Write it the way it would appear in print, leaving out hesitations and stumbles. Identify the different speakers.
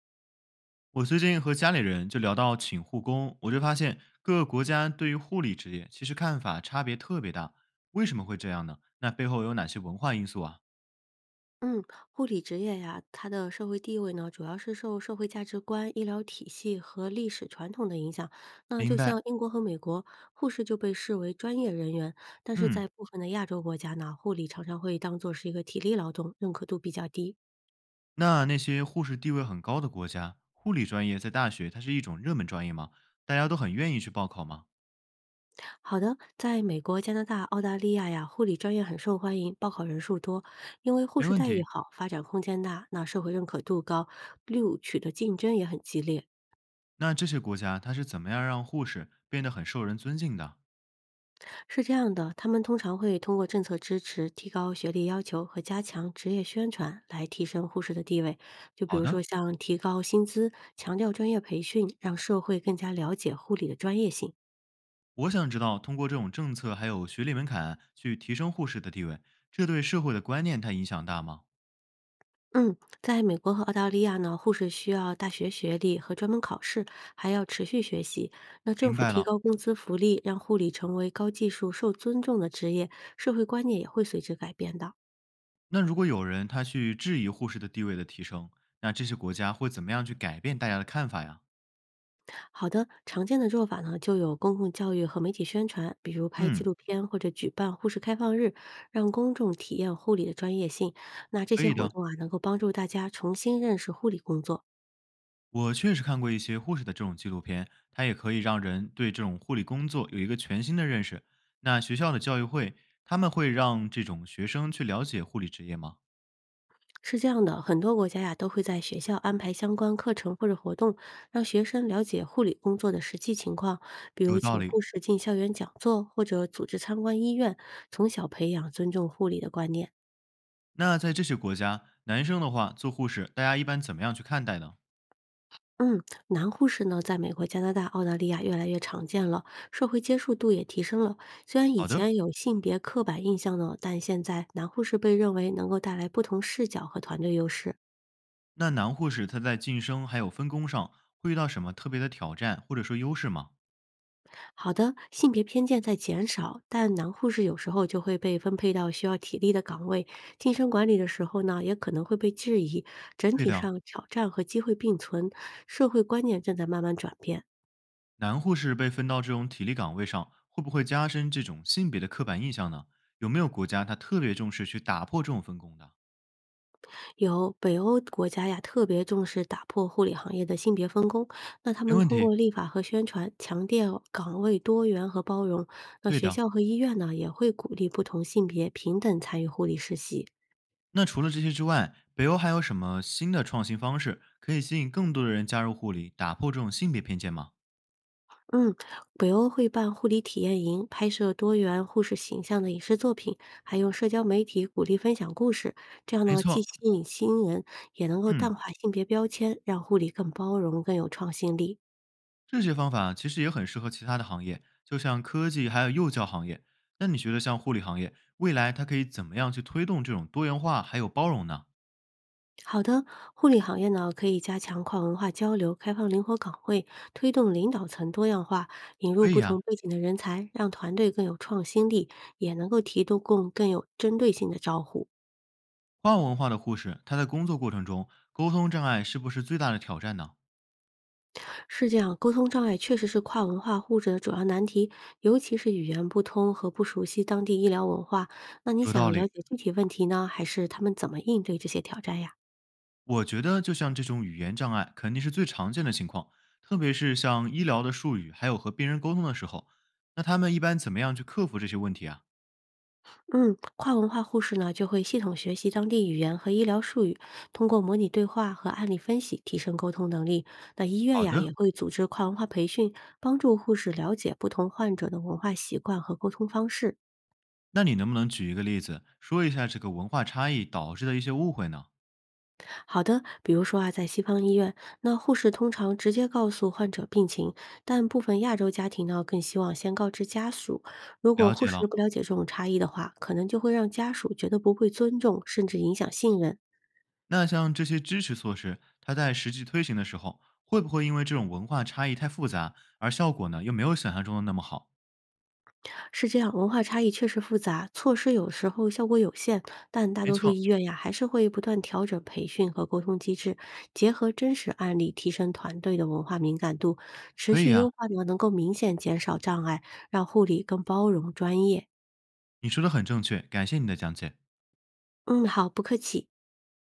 Speaker 1: 我最近和家里人就聊到请护工，我就发现各个国家对于护理职业其实看法差别特别大。为什么会这样呢？那背后有哪些文化因素啊？
Speaker 2: 嗯，护理职业呀，它的社会地位呢，主要是受社会价值观、医疗体系和历史传统的影响。那
Speaker 1: 明
Speaker 2: 就像
Speaker 1: 白。
Speaker 2: 英国和美国，护士就被视为专业人员，但是
Speaker 1: 嗯，
Speaker 2: 在部分的亚洲国家呢，护理常常会当做是一个体力劳动，认可度比较低。
Speaker 1: 那那些护士地位很高的国家，护理专业在大学它是一种热门专业吗？大家都很愿意去报考吗？
Speaker 2: 好的，在美国、加拿大、澳大利亚呀，护理专业很受欢迎，报考人数多，因为护
Speaker 1: 没
Speaker 2: 士
Speaker 1: 问
Speaker 2: 待遇
Speaker 1: 题。
Speaker 2: 好，发展空间大，那社会认可度高，录取的竞争也很激烈。
Speaker 1: 那这些国家它是怎么样让护士变得很受人尊敬的？
Speaker 2: 是这样的，他们通常会通过政策支持、提高学历要求和加强职业宣传来提升护士的地位。就比
Speaker 1: 好
Speaker 2: 如说
Speaker 1: 的，
Speaker 2: 像提高薪资、强调专业培训，让社会更加了解护理的专业性。
Speaker 1: 我想知道通过这种政策还有学历门槛去提升护士的地位，这对社会的观念它影响大吗？
Speaker 2: 嗯，在美国和澳大利亚呢，护士需要大学学历和专门考试，还要持续学习。那政
Speaker 1: 明
Speaker 2: 府
Speaker 1: 白
Speaker 2: 提
Speaker 1: 了。
Speaker 2: 高工资福利，让护理成为高技术、受尊重的职业，社会观念也会随之改变的。
Speaker 1: 那如果有人他去质疑护士的地位的提升，那这些国家会怎么样去改变大家的看法呀？
Speaker 2: 好的，常见的做法呢，就有公共教育和媒体宣传，比如拍纪
Speaker 1: 嗯，
Speaker 2: 录片或者举办护士开放日，让公众体验护理的专业性。那这
Speaker 1: 可
Speaker 2: 些
Speaker 1: 以
Speaker 2: 活
Speaker 1: 的。
Speaker 2: 动啊，能够帮助大家重新认识护理工作。
Speaker 1: 我确实看过一些护士的这种纪录片，它也可以让人对这种护理工作有一个全新的认识。那学校的教育会，他们会让这种学生去了解护理职业吗？
Speaker 2: 是这样的，很多国家呀都会在学校安排相关课程或者活动，让学生了解护理工作的实际情况，比如
Speaker 1: 有道
Speaker 2: 请
Speaker 1: 理。
Speaker 2: 护士进校园讲座，或者组织参观医院，从小培养尊重护理的观念。
Speaker 1: 那在这些国家，男生的话做护士，大家一般怎么样去看待呢？
Speaker 2: 嗯，男护士呢，在美国、加拿大、澳大利亚越来越常见了，社会接受度也提升了。虽然以
Speaker 1: 好的，
Speaker 2: 前有性别刻板印象呢，但现在男护士被认为能够带来不同视角和团队优势。
Speaker 1: 那男护士他在晋升还有分工上会遇到什么特别的挑战或者说优势吗？
Speaker 2: 好的，性别偏见在减少，但男护士有时候就会被分配到需要体力的岗位，晋升管理的时候呢，也可能会被质疑。整
Speaker 1: 对
Speaker 2: 体
Speaker 1: 的，
Speaker 2: 上，挑战和机会并存，社会观念正在慢慢转变。
Speaker 1: 男护士被分到这种体力岗位上，会不会加深这种性别的刻板印象呢？有没有国家它特别重视去打破这种分工的？
Speaker 2: 有北欧国家呀，特别重视打破护理行业的性别分工。那他
Speaker 1: 没
Speaker 2: 们
Speaker 1: 问
Speaker 2: 通
Speaker 1: 题，
Speaker 2: 过立法和宣传，强调岗位多元和包容。那
Speaker 1: 对
Speaker 2: 学
Speaker 1: 的。
Speaker 2: 校和医院呢，也会鼓励不同性别平等参与护理实习。
Speaker 1: 那除了这些之外，北欧还有什么新的创新方式可以吸引更多的人加入护理，打破这种性别偏见吗？
Speaker 2: 嗯，北欧会办护理体验营，拍摄多元护士形象的影视作品，还用社交媒体鼓励分享故事。这样
Speaker 1: 没
Speaker 2: 呢，既
Speaker 1: 错，
Speaker 2: 吸引新人，也能够
Speaker 1: 嗯，
Speaker 2: 淡化性别标签，让护理更包容、更有创新力。
Speaker 1: 这些方法其实也很适合其他的行业，就像科技还有幼教行业。那你觉得像护理行业，未来它可以怎么样去推动这种多元化还有包容呢？
Speaker 2: 好的，护理行业呢可以加强跨文化交流，开放灵活岗位，推动领导层多样化，引入
Speaker 1: 可以
Speaker 2: 不同
Speaker 1: 呀、
Speaker 2: 背景的人才，让团队更有创新力，也能够提供更有针对性的照护。
Speaker 1: 跨文化的护士，他在工作过程中沟通障碍是不是最大的挑战呢？
Speaker 2: 是这样，沟通障碍确实是跨文化护士的主要难题，尤其是语言不通和不熟悉当地医疗文化。那你
Speaker 1: 有道
Speaker 2: 想了
Speaker 1: 理，
Speaker 2: 解具体问题呢，还是他们怎么应对这些挑战呀？
Speaker 1: 我觉得就像这种语言障碍肯定是最常见的情况，特别是像医疗的术语，还有和病人沟通的时候，那他们一般怎么样去克服这些问题啊？
Speaker 2: 嗯，跨文化护士呢就会系统学习当地语言和医疗术语，通过模拟对话和案例分析提升沟通能力。那医院
Speaker 1: 好
Speaker 2: 呀也
Speaker 1: 的，
Speaker 2: 会组织跨文化培训，帮助护士了解不同患者的文化习惯和沟通方式。
Speaker 1: 那你能不能举一个例子，说一下这个文化差异导致的一些误会呢？
Speaker 2: 好的，比如说啊，在西方医院，那护士通常直接告诉患者病情，但部分亚洲家庭呢更希望先告知家属。如果
Speaker 1: 了
Speaker 2: 护
Speaker 1: 解
Speaker 2: 士
Speaker 1: 了，
Speaker 2: 不了解这种差异的话，可能就会让家属觉得不被尊重，甚至影响信任。
Speaker 1: 那像这些支持措施，它在实际推行的时候，会不会因为这种文化差异太复杂，而效果呢又没有想象中的那么好？
Speaker 2: 是这样，文化差异确实复杂，措施有时候效果有限，但大
Speaker 1: 没
Speaker 2: 多数
Speaker 1: 错，
Speaker 2: 医院呀还是会不断调整培训和沟通机制，结合真实案例提升团队的文化敏感度，持
Speaker 1: 可以
Speaker 2: 续
Speaker 1: 啊。
Speaker 2: 优化呢能够明显减少障碍，让护理更包容专业。
Speaker 1: 你说的很正确，感谢你的讲解。
Speaker 2: 嗯，好，不客气。